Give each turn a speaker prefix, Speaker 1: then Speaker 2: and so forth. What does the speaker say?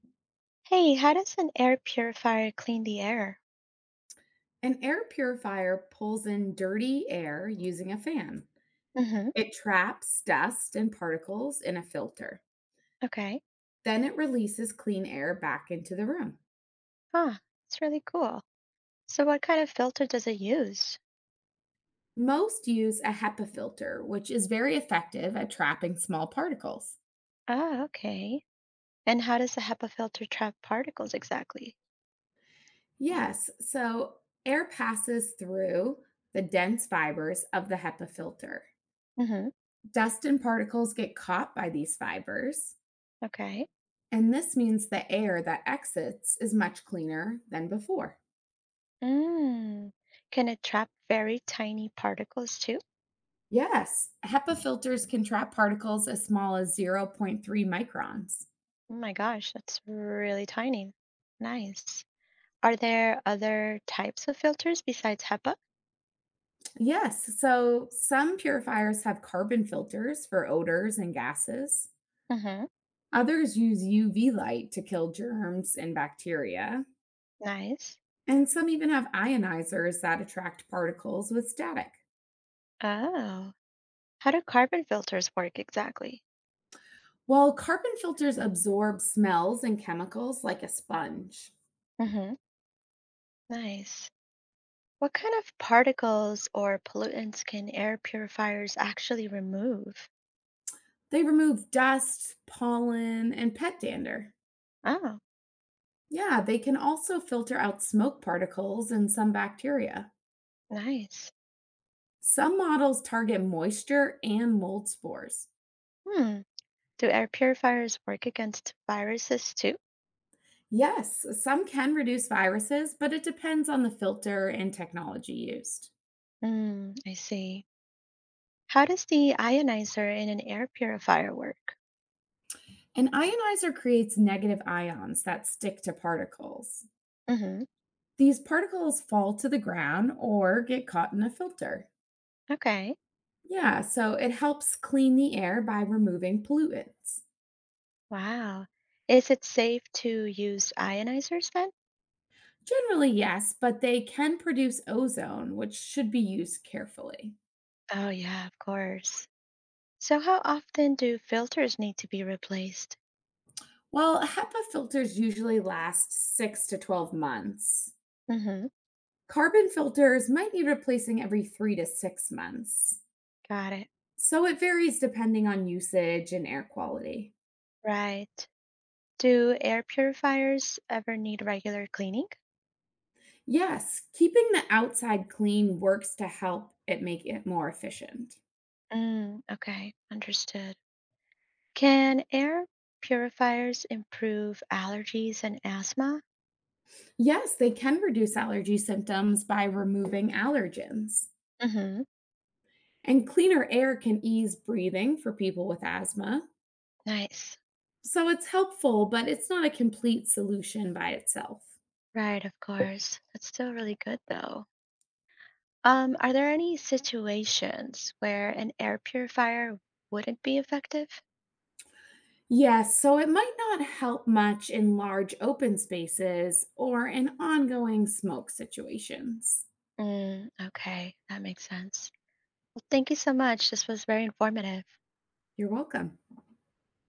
Speaker 1: Hey, how does an air purifier clean the air?
Speaker 2: An air purifier pulls in dirty air using a fan.
Speaker 1: Mm-hmm.
Speaker 2: It traps dust and particles in a filter.
Speaker 1: Okay.
Speaker 2: Then it releases clean air back into the room.
Speaker 1: Ah, it's really cool. So what kind of filter does it use?
Speaker 2: Most use a HEPA filter, which is very effective at trapping small particles.
Speaker 1: Ah, okay. And how does the HEPA filter trap particles exactly?
Speaker 2: Yes, so air passes through the dense fibers of the HEPA filter.
Speaker 1: Mm-hmm.
Speaker 2: Dust and particles get caught by these fibers,
Speaker 1: Okay.
Speaker 2: and this means the air that exits is much cleaner than before.
Speaker 1: Mm. Can it trap very tiny particles too?
Speaker 2: Yes. HEPA filters can trap particles as small as zero point 0.3 microns.
Speaker 1: Oh my gosh, that's really tiny. Nice. Are there other types of filters besides HEPA?
Speaker 2: Yes. So some purifiers have carbon filters for odors and gases.
Speaker 1: Mm-hmm.
Speaker 2: Others use UV light to kill germs and bacteria.
Speaker 1: Nice.
Speaker 2: And some even have ionizers that attract particles with static.
Speaker 1: Oh. How do carbon filters work exactly?
Speaker 2: While carbon filters absorb smells and chemicals like a sponge,
Speaker 1: Mm-hmm. Nice. What kind of particles or pollutants can air purifiers actually remove?
Speaker 2: they remove dust, pollen, and pet dander.
Speaker 1: Oh,
Speaker 2: Yeah, they can also filter out smoke particles and some bacteria.
Speaker 1: nice.
Speaker 2: Some models target moisture and mold spores.
Speaker 1: Hmm. Do air purifiers work against viruses too?
Speaker 2: Yes, some can reduce viruses, but it depends on the filter and technology used.
Speaker 1: Hmm, I see. How does the ionizer in an air purifier work?
Speaker 2: An ionizer creates negative ions that stick to particles.
Speaker 1: Mm-hmm.
Speaker 2: These particles fall to the ground or get caught in a filter.
Speaker 1: Okay.
Speaker 2: Yeah, so it helps clean the air by removing pollutants.
Speaker 1: Wow. Is it safe to use ionizers then?
Speaker 2: Generally, yes, but they can produce ozone, which should be used carefully.
Speaker 1: Oh, yeah, of course. So how often do filters need to be replaced?
Speaker 2: While HEPA filters usually last 6 to 12 months,
Speaker 1: Mm-hmm.
Speaker 2: carbon filters might need replacing every 3 to 6 months.
Speaker 1: Got it.
Speaker 2: So it varies depending on usage and air quality.
Speaker 1: Right. Do air purifiers ever need regular cleaning?
Speaker 2: Yes, keeping the outside clean works to help it make it more efficient.
Speaker 1: Mm, okay, understood. Can air purifiers improve allergies and asthma?
Speaker 2: Yes, they can reduce allergy symptoms by removing allergens.
Speaker 1: Mm-hmm.
Speaker 2: And cleaner air can ease breathing for people with asthma.
Speaker 1: Nice.
Speaker 2: So it's helpful, but it's not a complete solution by itself.
Speaker 1: Right, of course. That's still really good though. Are there any situations where an air purifier wouldn't be effective?
Speaker 2: Yes, so it might not help much in large open spaces or in ongoing smoke situations.
Speaker 1: Mm, okay, that makes sense. Well, thank you so much. This was very informative.
Speaker 2: You're welcome.